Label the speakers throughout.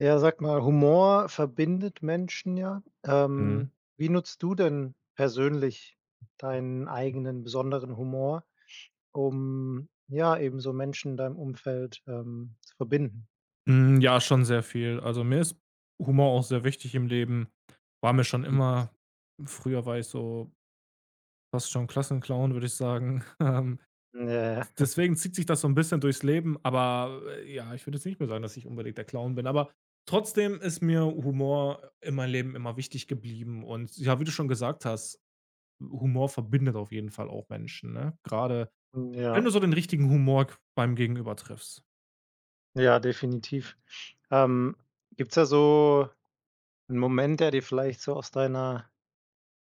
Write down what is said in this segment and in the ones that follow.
Speaker 1: Ja, sag mal, Humor verbindet Menschen ja.
Speaker 2: Mhm.
Speaker 1: Wie nutzt du denn persönlich deinen eigenen besonderen Humor, um, ja, eben so Menschen in deinem Umfeld, zu verbinden?
Speaker 2: Ja, schon sehr viel. Also, mir ist Humor auch sehr wichtig im Leben. War mir schon
Speaker 1: Mhm.
Speaker 2: immer. Früher war ich so fast schon Klassenclown, würde ich sagen.
Speaker 1: Ja,
Speaker 2: Deswegen zieht sich das so ein bisschen durchs Leben, aber, ja, ich würde jetzt nicht mehr sagen, dass ich unbedingt der Clown bin, aber trotzdem ist mir Humor in meinem Leben immer wichtig geblieben und ja, wie du schon gesagt hast, Humor verbindet auf jeden Fall auch Menschen, ne? Gerade wenn
Speaker 1: ja,
Speaker 2: du so den richtigen Humor beim Gegenüber triffst.
Speaker 1: ja, definitiv. Ähm, Gibt's da so einen Moment, der dir vielleicht so aus deiner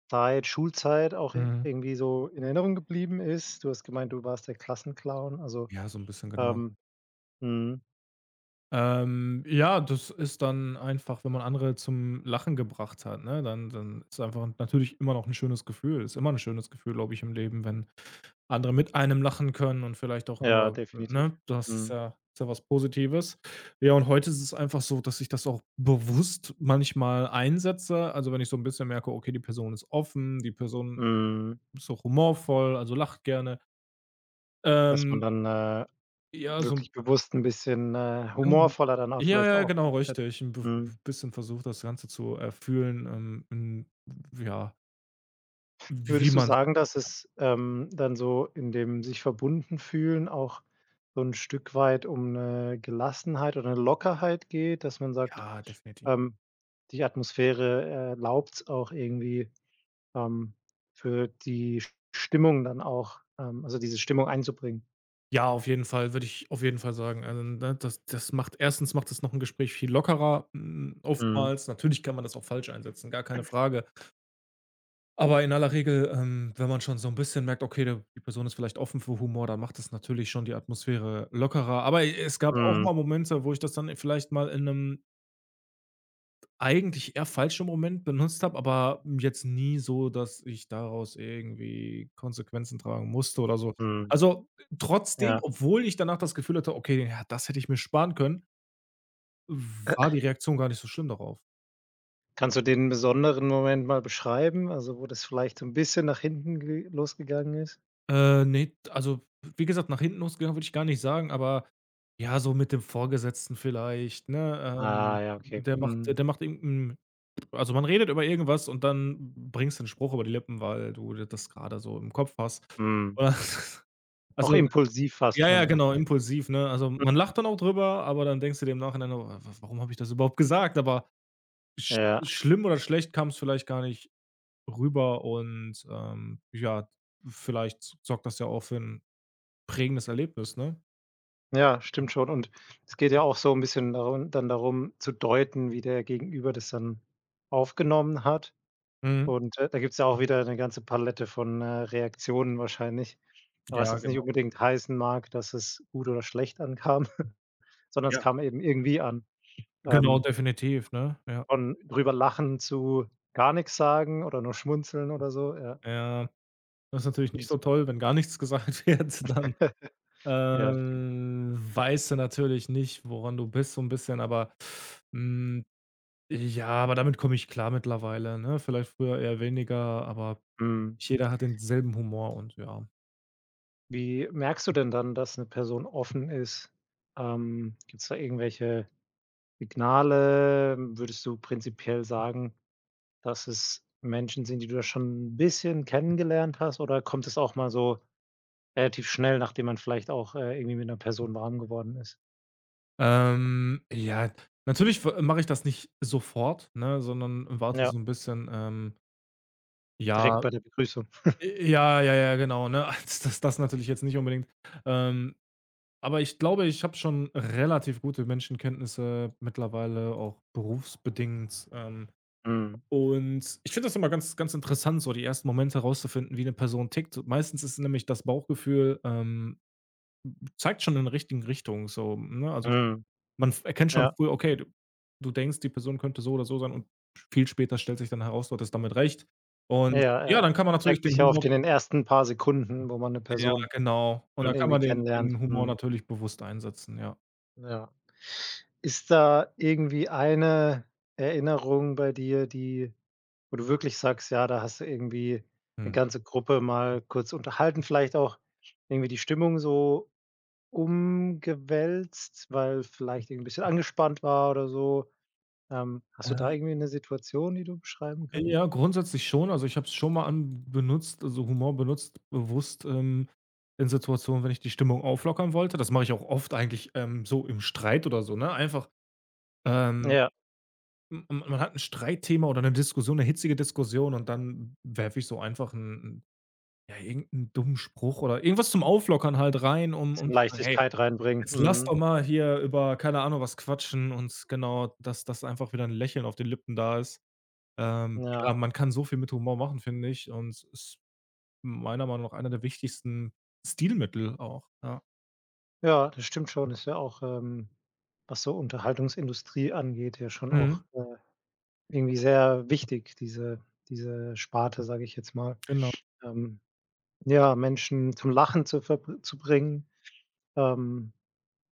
Speaker 1: Zeit, Schulzeit auch
Speaker 2: Mhm.
Speaker 1: irgendwie so in Erinnerung geblieben ist? Du hast gemeint, du warst der Klassenclown, also,
Speaker 2: Ja, so ein bisschen, genau.
Speaker 1: ähm, mhm.
Speaker 2: Ja, das ist dann einfach, wenn man andere zum Lachen gebracht hat, ne, dann ist einfach natürlich immer noch ein schönes Gefühl. Ist immer ein schönes Gefühl, glaube ich, im Leben, wenn andere mit einem lachen können und vielleicht auch
Speaker 1: Ja,
Speaker 2: über,
Speaker 1: definitiv.
Speaker 2: ne, das ist
Speaker 1: Mhm.
Speaker 2: ja ist ja was Positives. Ja, und heute ist es einfach so, dass ich das auch bewusst manchmal einsetze. Also, wenn ich so ein bisschen merke, okay, die Person ist offen, die Person
Speaker 1: Mhm.
Speaker 2: ist auch humorvoll, also lacht gerne.
Speaker 1: Dass man
Speaker 2: Ähm,
Speaker 1: dann,
Speaker 2: ja, so.
Speaker 1: wirklich bewusst ein bisschen,
Speaker 2: Ähm,
Speaker 1: humorvoller dann auch
Speaker 2: ja,
Speaker 1: vielleicht
Speaker 2: ja,
Speaker 1: auch
Speaker 2: genau,
Speaker 1: auftritt.
Speaker 2: richtig. 'N b b
Speaker 1: Mhm.
Speaker 2: bisschen versucht, das Ganze zu erfühlen, ja, w wie
Speaker 1: Würdest du
Speaker 2: man's.
Speaker 1: sagen, dass es, dann so in dem sich verbunden fühlen auch so ein Stück weit um eine Gelassenheit oder eine Lockerheit geht, dass man sagt,
Speaker 2: Ja, definitiv.
Speaker 1: ähm, die Atmosphäre erlaubt es auch irgendwie, ähm, für die Stimmung dann auch also diese Stimmung einzubringen?
Speaker 2: Ja, auf jeden Fall, würde ich auf jeden Fall sagen. Also, ne, das macht, erstens macht es noch 'n Gespräch viel lockerer,
Speaker 1: Mhm.
Speaker 2: oftmals. Natürlich kann man das auch falsch einsetzen, gar keine Frage. Aber in aller Regel, wenn man schon so 'n bisschen merkt, okay, da die Person ist vielleicht offen für Humor, dann macht das natürlich schon die Atmosphäre lockerer. Aber e es gab auch
Speaker 1: Mhm.
Speaker 2: mal Momente, wo ich das dann vielleicht mal in 'nem eigentlich eher falsch im Moment benutzt habe, aber jetzt nie so, dass ich daraus irgendwie Konsequenzen tragen musste oder so.
Speaker 1: Mhm.
Speaker 2: Also, trotzdem,
Speaker 1: Ja.
Speaker 2: obwohl ich danach das Gefühl hatte: „Okay, ja, das hätte ich mir sparen können", war die Reaktion gar nicht so schlimm darauf.
Speaker 1: Kannst du den besonderen Moment mal beschreiben, also wo das vielleicht so 'n bisschen nach hinten ge losgegangen ist?
Speaker 2: Ne, also, wie gesagt, nach hinten losgegangen würde ich gar nicht sagen, aber ja, so mit dem Vorgesetzten vielleicht, ne?
Speaker 1: Ah ja, okay. Mhm.
Speaker 2: Der macht irgend hm, also, man redet über irgendwas und dann bringst du 'n Spruch über die Lippen, weil du das gerade so im Kopf hast.
Speaker 1: Mhm.
Speaker 2: Oder
Speaker 1: Auch
Speaker 2: also,
Speaker 1: impulsiv fast
Speaker 2: ja,
Speaker 1: schon,
Speaker 2: ja,
Speaker 1: ne?
Speaker 2: genau, impulsiv, ne? Also, man lacht dann auch drüber, aber dann denkst du dir im Nachhinein: „Oh, wa warum habe ich das überhaupt gesagt?" Aber sch
Speaker 1: Ja.
Speaker 2: schlimm oder schlecht kam es vielleicht gar nicht rüber und, ja, vielleicht sorgt das ja auch für ein prägendes Erlebnis, ne?
Speaker 1: Ja, stimmt schon und es geht ja auch so 'n bisschen darun dann darum zu deuten, wie der Gegenüber das dann aufgenommen hat
Speaker 2: Mhm.
Speaker 1: und, da gibt's ja auch wieder 'ne ganze Palette von, Reaktionen wahrscheinlich, was
Speaker 2: Ja,
Speaker 1: jetzt nicht
Speaker 2: genau.
Speaker 1: unbedingt heißen mag, dass es gut oder schlecht ankam, sondern es
Speaker 2: Ja,
Speaker 1: kam eben irgendwie an.
Speaker 2: genau,
Speaker 1: Ähm
Speaker 2: definitiv, ne? Ja.
Speaker 1: Von drüber lachen zu gar nix sagen oder nur schmunzeln oder so, ja.
Speaker 2: Ja, das ist natürlich nicht so
Speaker 1: Muss man
Speaker 2: toll, wenn gar nichts gesagt wird, dann,
Speaker 1: ja, stimmt.
Speaker 2: weißt du natürlich nicht, woran du bist so ein bisschen, aber, hm, ja, aber damit komme ich klar mittlerweile, ne? Vielleicht früher eher weniger, aber
Speaker 1: Mhm.
Speaker 2: jeder hat denselben Humor und ja.
Speaker 1: Wie merkst du denn dann, dass 'ne Person offen ist? Gibt's da irgendwelche Signale? Würdest du prinzipiell sagen, dass es Menschen sind, die du da schon 'n bisschen kennengelernt hast, oder kommt es auch mal so relativ schnell, nachdem man vielleicht auch, irgendwie mit 'ner Person warm geworden ist?
Speaker 2: Ja, natürlich w mache ich das nicht sofort, ne, sondern warte
Speaker 1: Ja,
Speaker 2: so ein bisschen,
Speaker 1: direkt
Speaker 2: ja,
Speaker 1: bei der Begrüßung.
Speaker 2: j ja, ja, ja, genau, ne? Das natürlich jetzt nicht unbedingt. Ähm, aber ich glaube, ich habe schon relativ gute Menschenkenntnisse mittlerweile, auch berufsbedingt.
Speaker 1: Mhm.
Speaker 2: Und ich finde das immer ganz ganz interessant, so die ersten Momente herauszufinden, wie eine Person tickt. So, meistens ist nämlich das Bauchgefühl, zeigt schon in der richtigen Richtung so, ne? Also,
Speaker 1: Mhm.
Speaker 2: man f erkennt schon
Speaker 1: Ja.
Speaker 2: früh, okay, du denkst, die Person könnte so oder so sein und viel später stellt sich dann heraus, du hattest damit recht.
Speaker 1: Ja,
Speaker 2: Und
Speaker 1: ja,
Speaker 2: ja,
Speaker 1: ja.
Speaker 2: dann kann man natürlich
Speaker 1: Zeigt
Speaker 2: den
Speaker 1: sich ja oft
Speaker 2: Humor,
Speaker 1: in den ersten paar Sekunden, wo man 'ne
Speaker 2: ja,
Speaker 1: Person
Speaker 2: genau. Und
Speaker 1: schon
Speaker 2: dann kann
Speaker 1: irgendwie
Speaker 2: man den
Speaker 1: kennenlernt.
Speaker 2: den Humor
Speaker 1: Mhm.
Speaker 2: natürlich bewusst einsetzen, ja.
Speaker 1: Ja. Ist da irgendwie eine Erinnerung bei dir, die wo du wirklich sagst: „Ja, da hast du irgendwie 'ne
Speaker 2: Mhm.
Speaker 1: ganze Gruppe mal kurz unterhalten“, vielleicht auch irgendwie die Stimmung so umgewälzt, weil vielleicht irgendwie 'n bisschen angespannt war oder so? Hast du da irgendwie 'ne Situation, die du beschreiben kannst?
Speaker 2: Ja, grundsätzlich schon. Also, ich habe es schon mal an benutzt, also, Humor benutzt, bewusst, in Situationen, wenn ich die Stimmung auflockern wollte. Das mache ich auch oft eigentlich, so im Streit oder so, ne? Einfach, ähm,
Speaker 1: Ja,
Speaker 2: m m man hat ein Streitthema oder eine Diskussion, eine hitzige Diskussion und dann werfe ich so einfach einen, ja, irgendeinen dummen Spruch oder irgendwas zum Auflockern halt rein, um
Speaker 1: bisschen
Speaker 2: zu sagen: „Hey,
Speaker 1: Leichtigkeit reinbringen.
Speaker 2: jetzt lass doch
Speaker 1: Mhm.
Speaker 2: mal hier über, keine Ahnung, was quatschen" und genau, dass einfach wieder ein Lächeln auf den Lippen da ist.
Speaker 1: Ja.
Speaker 2: Ja, man kann so viel mit Humor machen, finde ich, und es ist meiner Meinung nach einer der wichtigsten Stilmittel auch, ja.
Speaker 1: Ja, das stimmt schon. Ist ja auch, was so Unterhaltungsindustrie angeht, ja schon
Speaker 2: Mhm,
Speaker 1: auch, irgendwie sehr wichtig, diese Sparte, sage ich jetzt mal.
Speaker 2: genau.
Speaker 1: Ähm, ja, Menschen zum Lachen zu bringen, ähm,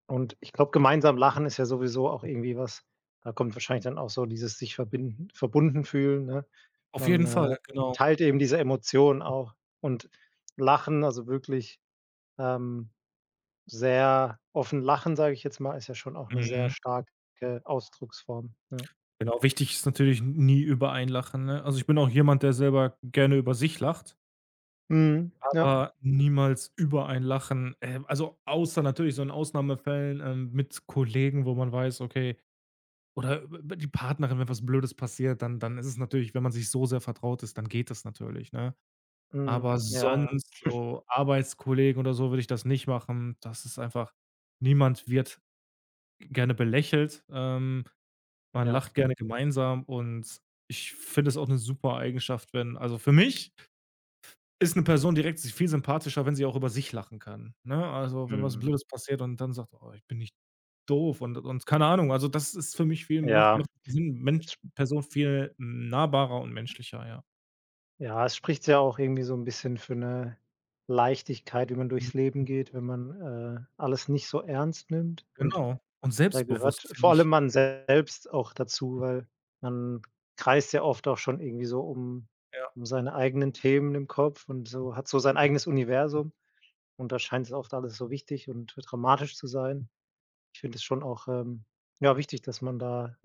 Speaker 1: und ich glaube, gemeinsam lachen ist ja sowieso auch irgendwie was da kommt wahrscheinlich dann auch so dieses sich verbinden verbunden fühlen, ne?
Speaker 2: Auf
Speaker 1: Man,
Speaker 2: jeden Fall, genau.
Speaker 1: teilt eben diese Emotionen auch und Lachen, also wirklich, ähm sehr offen lachen, sage ich jetzt mal, ist ja schon auch 'ne sehr
Speaker 2: Mhm.
Speaker 1: starke Ausdrucksform, ja.
Speaker 2: Genau, wichtig ist natürlich, nie über einen lachen, ne? Also, ich bin auch jemand, der selber gerne über sich lacht,
Speaker 1: Mhm, ja.
Speaker 2: aber niemals über einen lachen. Also, außer natürlich so in Ausnahmefällen, mit Kollegen, wo man weiß, okay, oder über die Partnerin, wenn was Blödes passiert, dann ist es natürlich, wenn man sich so sehr vertraut ist, dann geht das natürlich, ne? Aber
Speaker 1: Mhm, ja, ja,
Speaker 2: sonst so Arbeitskollegen oder so würde ich das nicht machen. Das ist einfach. Niemand wird gerne belächelt. Man
Speaker 1: ja.
Speaker 2: lacht gerne gemeinsam und ich finde es auch 'ne super Eigenschaft, wenn, also, für mich ist 'ne Person direkt sich viel sympathischer, wenn sie auch über sich lachen kann, ne? Also, wenn was
Speaker 1: Mhm.
Speaker 2: Blödes passiert und dann sagt: „Oh, ich bin nicht doof" und keine Ahnung. Also, das ist für mich viel, macht
Speaker 1: Ja,
Speaker 2: macht Sinn, Mensch,
Speaker 1: es sp
Speaker 2: Person viel nahbarer und menschlicher, ja.
Speaker 1: ja, es spricht ja auch irgendwie so 'n bisschen für 'ne Leichtigkeit, wie man
Speaker 2: Mhm,
Speaker 1: durchs Leben geht, wenn man, alles nicht so ernst nimmt und
Speaker 2: genau. Und
Speaker 1: da
Speaker 2: selbstbewusst,
Speaker 1: gehört
Speaker 2: finde
Speaker 1: vor allem
Speaker 2: ich.
Speaker 1: man selbst auch dazu, weil man kreist ja oft auch schon irgendwie so um
Speaker 2: Ja.
Speaker 1: seine eigenen Themen im Kopf und so hat so sein eigenes Universum. Und da scheint es oft alles so wichtig und dramatisch zu sein. Ich finde es schon auch, ja, wichtig, dass man da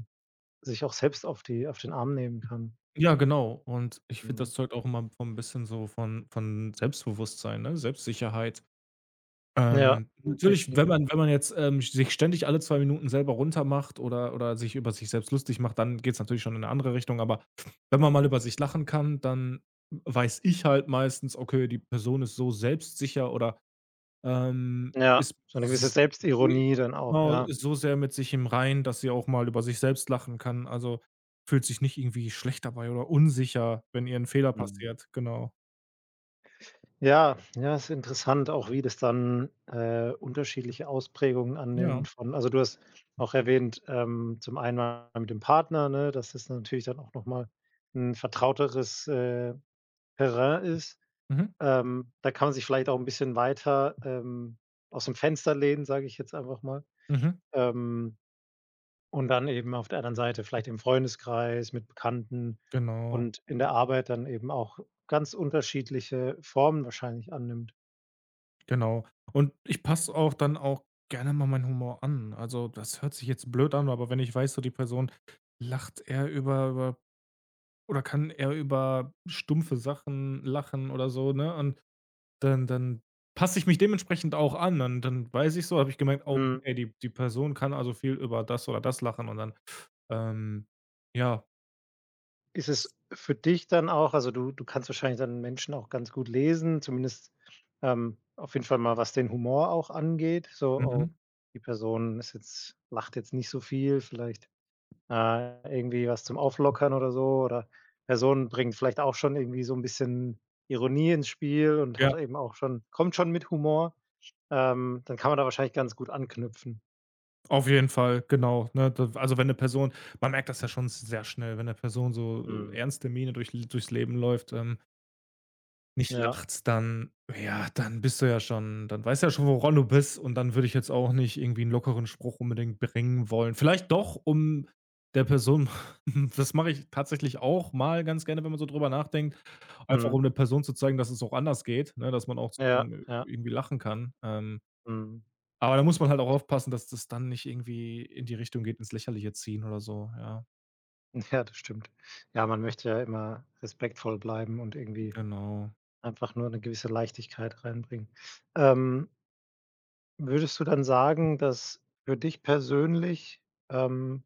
Speaker 1: sich auch selbst auf den Arm nehmen kann.
Speaker 2: Ja, genau. Und ich finde, das
Speaker 1: Mhm.
Speaker 2: zeugt auch immer von ein bisschen so, von Selbstbewusstsein, ne, Selbstsicherheit.
Speaker 1: Ja,
Speaker 2: Mhm. Natürlich,
Speaker 1: defini
Speaker 2: wenn man jetzt, sich ständig alle 2 Minuten selber runtermacht oder sich über sich selbst lustig macht, dann geht's natürlich schon in eine andere Richtung. Aber wenn man mal über sich lachen kann, dann weiß ich halt meistens: „Okay, die Person ist so selbstsicher oder,
Speaker 1: ja,
Speaker 2: ist
Speaker 1: so 'ne gewisse
Speaker 2: s e
Speaker 1: Selbstironie dann auch,
Speaker 2: genau,
Speaker 1: ja.
Speaker 2: ist so sehr mit sich im Reinen, dass sie auch mal über sich selbst lachen kann. Also, fühlt sich nicht irgendwie schlecht dabei oder unsicher, wenn ihr 'n Fehler
Speaker 1: Mhm.
Speaker 2: passiert. Genau.
Speaker 1: Ja, ja, ist interessant auch, wie das dann, unterschiedliche Ausprägungen
Speaker 2: Ja.
Speaker 1: annimmt von also, du hast auch erwähnt, zum einen mal mit dem Partner, ne, dass das natürlich dann auch noch mal 'n vertrauteres, Terrain ist.
Speaker 2: Mhm.
Speaker 1: Da kann man sich vielleicht auch 'n bisschen weiter, ausm Fenster lehnen, sage ich jetzt einfach mal.
Speaker 2: Mhm.
Speaker 1: Ähm, und dann eben auf der anderen Seite vielleicht im Freundeskreis, mit Bekannten
Speaker 2: Genau,
Speaker 1: und in der Arbeit dann eben auch ganz unterschiedliche Formen wahrscheinlich annimmt.
Speaker 2: genau. Und ich passe auch dann auch gerne mal meinen Humor an. Also, das hört sich jetzt blöd an, aber wenn ich weiß, so die Person lacht eher über oder kann eher über stumpfe Sachen lachen oder so, ne? Und dann passe ich mich dementsprechend auch an. Dann weiß ich so, habe ich gemerkt: „Oh,
Speaker 1: Hm,
Speaker 2: okay, die Person kann also viel über das oder das lachen" und dann, ähm ja,
Speaker 1: ist es für dich dann auch also, du kannst wahrscheinlich dann Menschen auch ganz gut lesen, zumindest, auf jeden Fall mal, was den Humor auch angeht, so:
Speaker 2: mhm.
Speaker 1: „Oh, die Person ist jetzt lacht jetzt nicht so viel, vielleicht.“ irgendwie was zum Auflockern oder so oder Person bringt vielleicht auch schon irgendwie so ein bisschen Ironie ins Spiel und hat
Speaker 2: Ja,
Speaker 1: eben auch schon kommt schon mit Humor. Dann kann man da wahrscheinlich ganz gut anknüpfen.
Speaker 2: auf jeden Fall, genau, ne? D also, wenn eine Person, man merkt das ja schon sehr schnell, wenn eine Person so
Speaker 1: Mhm.
Speaker 2: ernste Miene durchs Leben läuft, nicht
Speaker 1: Ja,
Speaker 2: lachst, dann, ja, dann bist du ja schon, dann weißt du ja schon, woran du bist und dann würde ich jetzt auch nicht irgendwie einen lockeren Spruch unbedingt bringen wollen. Vielleicht doch, um der Person das mache ich tatsächlich auch mal ganz gerne, wenn man so drüber nachdenkt, einfach
Speaker 1: mhm.
Speaker 2: um der Person zu zeigen, dass es auch anders geht, ne, dass man auch
Speaker 1: Ja,
Speaker 2: zusammen
Speaker 1: ja,
Speaker 2: irgendwie lachen kann.
Speaker 1: mhm.
Speaker 2: Aber da muss man halt auch aufpassen, dass das dann nicht irgendwie in die Richtung geht, ins Lächerliche ziehen oder so, ja,
Speaker 1: Ja, das stimmt. Ja, man möchte ja immer respektvoll bleiben und irgendwie
Speaker 2: genau.
Speaker 1: einfach nur eine gewisse Leichtigkeit reinbringen. Ähm, würdest du dann sagen, dass für dich persönlich, ähm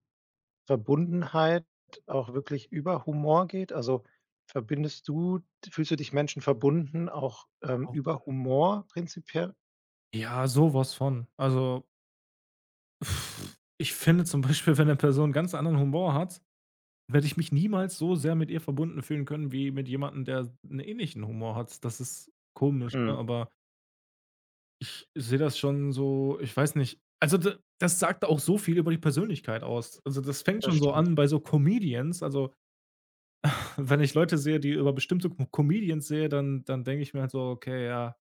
Speaker 1: Verbundenheit auch wirklich über Humor geht? Also, verbindest du fühlst du dich Menschen verbunden auch,
Speaker 2: Auch-
Speaker 1: über Humor prinzipiell?
Speaker 2: Ja, sowas von. Also, ich finde zum Beispiel, wenn eine Person ganz anderen Humor hat, werde ich mich niemals so sehr mit ihr verbunden fühlen können wie mit jemandem, der 'n ähnlichen Humor hat. Das ist komisch, ne,
Speaker 1: Mhm,
Speaker 2: aber ich sehe das schon so, ich weiß nicht. Also, d das sagt auch so viel über die Persönlichkeit aus. Also, das fängt
Speaker 1: das
Speaker 2: schon so
Speaker 1: stimmt.
Speaker 2: an bei so Comedians. Also, wenn ich Leute sehe, die über bestimmte Comedians sehe, dann denke ich mir halt so: „Okay, ja,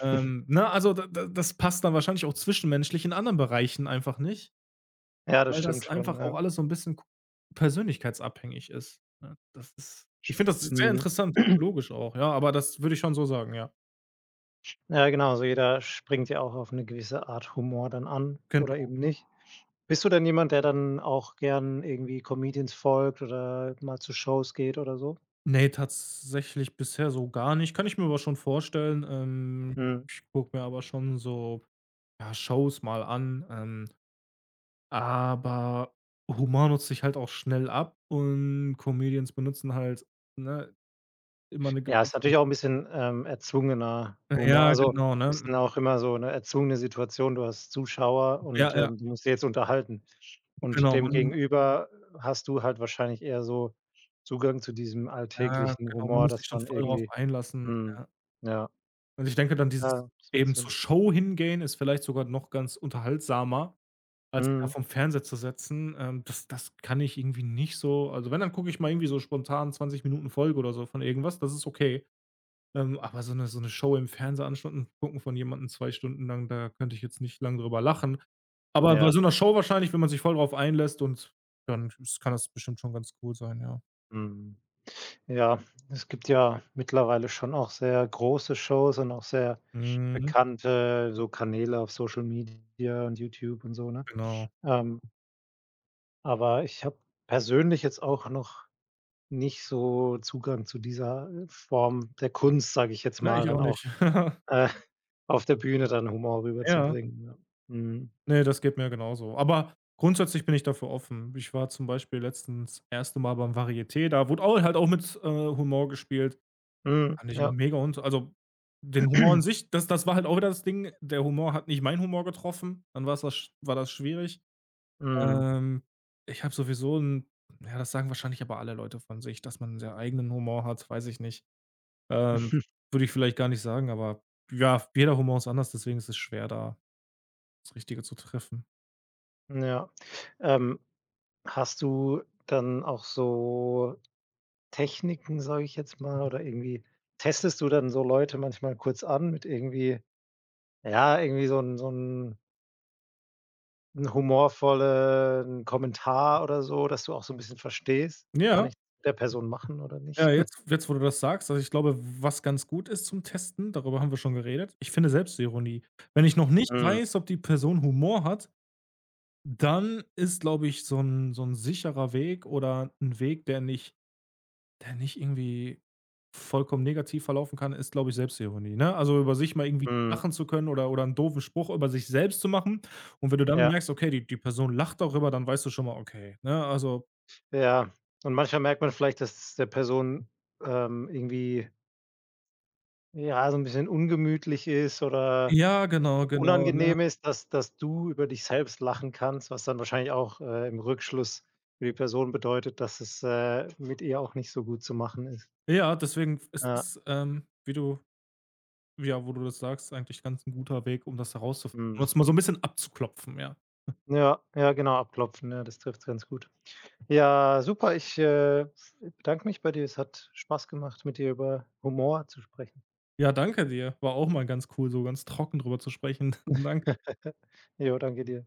Speaker 2: ne, also, da das passt dann wahrscheinlich auch zwischenmenschlich in anderen Bereichen einfach nicht.
Speaker 1: Ja, das
Speaker 2: Weil das
Speaker 1: stimmt schon,
Speaker 2: einfach auch
Speaker 1: ja.
Speaker 2: alles so 'n bisschen persönlichkeitsabhängig ist, ne? Das ist, ich finde das sehr
Speaker 1: Mhm.
Speaker 2: interessant, psychologisch auch, ja, aber das würde ich schon so sagen, ja.
Speaker 1: Ja, genau, also jeder springt ja auch auf 'ne gewisse Art Humor dann an oder
Speaker 2: Genau.
Speaker 1: eben nicht. Bist du denn jemand, der dann auch gern irgendwie Comedians folgt oder mal zu Shows geht oder so?
Speaker 2: Ne, tatsächlich bisher so gar nicht. Kann ich mir aber schon vorstellen.
Speaker 1: Mhm.
Speaker 2: Ich gucke mir aber schon so, ja, Shows mal an, aber Humor nutzt sich halt auch schnell ab und Comedians benutzen halt, ne, immer 'ne
Speaker 1: Ja, ist
Speaker 2: gewisse.
Speaker 1: natürlich auch 'n bisschen, erzwungener Humor.
Speaker 2: Ja,
Speaker 1: Also,
Speaker 2: genau, ne?
Speaker 1: bisschen auch immer so 'ne erzwungene Situation. Du hast Zuschauer
Speaker 2: Ja,
Speaker 1: und,
Speaker 2: ja,
Speaker 1: du musst die jetzt unterhalten. Und
Speaker 2: genau.
Speaker 1: dem
Speaker 2: Man
Speaker 1: gegenüber hast du halt wahrscheinlich eher so Zugang zu diesem
Speaker 2: Ja,
Speaker 1: alltäglichen
Speaker 2: genau, man
Speaker 1: Humor,
Speaker 2: muss sich
Speaker 1: dass
Speaker 2: schon
Speaker 1: man
Speaker 2: voll drauf
Speaker 1: irgendwie
Speaker 2: einlassen,
Speaker 1: mhm,
Speaker 2: ja.
Speaker 1: ja,
Speaker 2: Und ich denke dann, dieses
Speaker 1: ja, das macht
Speaker 2: eben zur
Speaker 1: Sinn.
Speaker 2: Show hingehen ist vielleicht sogar noch ganz unterhaltsamer, als sich da
Speaker 1: Mhm,
Speaker 2: vorm Fernseher zu setzen. Das kann ich irgendwie nicht so, also, wenn, dann gucke ich mal irgendwie so spontan 20 Minuten Folge oder so von irgendwas, das ist okay. Aber so 'ne Show im Fernseher anschauen, gucken von jemandem 2 Stunden lang, da könnte ich jetzt nicht lang drüber lachen. Aber bei
Speaker 1: ja,
Speaker 2: so 'ner Show wahrscheinlich, wenn man sich voll drauf einlässt und dann ist, kann das bestimmt schon ganz cool sein, ja.
Speaker 1: mhm. Ja, es gibt ja mittlerweile schon auch sehr große Shows und auch sehr
Speaker 2: Mhm,
Speaker 1: bekannte so Kanäle auf Social Media und YouTube und so, ne?
Speaker 2: genau.
Speaker 1: Ähm Aber ich habe persönlich jetzt auch noch nicht so Zugang zu dieser, Form der Kunst, sage ich jetzt
Speaker 2: Ne,
Speaker 1: mal,
Speaker 2: ich auch
Speaker 1: dann auch,
Speaker 2: nicht.
Speaker 1: äh, auf der Bühne dann Humor
Speaker 2: Ja,
Speaker 1: rüberzubringen, ja. Mhm.
Speaker 2: ne, das geht mir genauso. Aber grundsätzlich bin ich dafür offen. Ich war zum Beispiel letztens das erste Mal beim Varieté, da wurde au halt auch mit, Humor gespielt.
Speaker 1: Mhm,
Speaker 2: Fand ich auch
Speaker 1: ja.
Speaker 2: mega und, also, den Humor an sich, das war halt auch wieder das Ding, der Humor hat nicht meinen Humor getroffen, dann war's das sch war das schwierig.
Speaker 1: Mhm.
Speaker 2: Ähm, Ich habe sowieso 'n, ja, das sagen wahrscheinlich aber alle Leute von sich, dass man 'n sehr eigenen Humor hat, weiß ich nicht. Ähm, Würde ich vielleicht gar nicht sagen, aber ja, jeder Humor ist anders, deswegen ist es schwer, da das Richtige zu treffen.
Speaker 1: Ja. Ähm, hast du dann auch so Techniken, sage ich jetzt mal, oder irgendwie testest du dann so Leute manchmal kurz an mit irgendwie ja, irgendwie so ein 'n humorvollen Kommentar oder so, dass du auch so 'n bisschen verstehst: „Kann
Speaker 2: Ja.
Speaker 1: ich der Person machen oder
Speaker 2: Ja,
Speaker 1: nicht?“
Speaker 2: jetzt, wo du das sagst, also, ich glaube, was ganz gut ist zum Testen, darüber haben wir schon geredet, ich finde Selbstironie. Wenn ich noch nicht
Speaker 1: Mhm,
Speaker 2: weiß, ob die Person Humor hat, dann ist, glaube ich, so ein sicherer Weg oder ein Weg, der nicht irgendwie vollkommen negativ verlaufen kann, ist, glaube ich, Selbstironie, ne? Also, über sich mal irgendwie
Speaker 1: mhm.
Speaker 2: lachen zu können oder einen doofen Spruch über sich selbst zu machen. Und wenn du dann
Speaker 1: Ja,
Speaker 2: merkst, okay, die Person lacht darüber, dann weißt du schon mal, okay, ne? Also,
Speaker 1: ja. Und manchmal merkt man vielleicht, dass es der Person, irgendwie, ja, so 'n bisschen ungemütlich ist oder
Speaker 2: ja, genau, genau, ne?
Speaker 1: unangenehm ist, dass du über dich selbst lachen kannst, was dann wahrscheinlich auch, im Rückschluss für die Person bedeutet, dass es, mit ihr auch nicht so gut zu machen ist.
Speaker 2: Ja, deswegen ist
Speaker 1: Ja,
Speaker 2: das, wie du ja, wo du das sagst, eigentlich ganz ein guter Weg, um das herauszufinden, um
Speaker 1: Mhm.
Speaker 2: das mal so ein bisschen abzuklopfen, ja.
Speaker 1: ja, ja, genau, abklopfen, ja, das trifft's ganz gut. Ja, super. Ich, bedanke mich bei dir. Es hat Spaß gemacht, mit dir über Humor zu sprechen.
Speaker 2: Ja, danke dir. War auch mal ganz cool, so ganz trocken drüber zu sprechen. Danke.
Speaker 1: Jo, danke dir.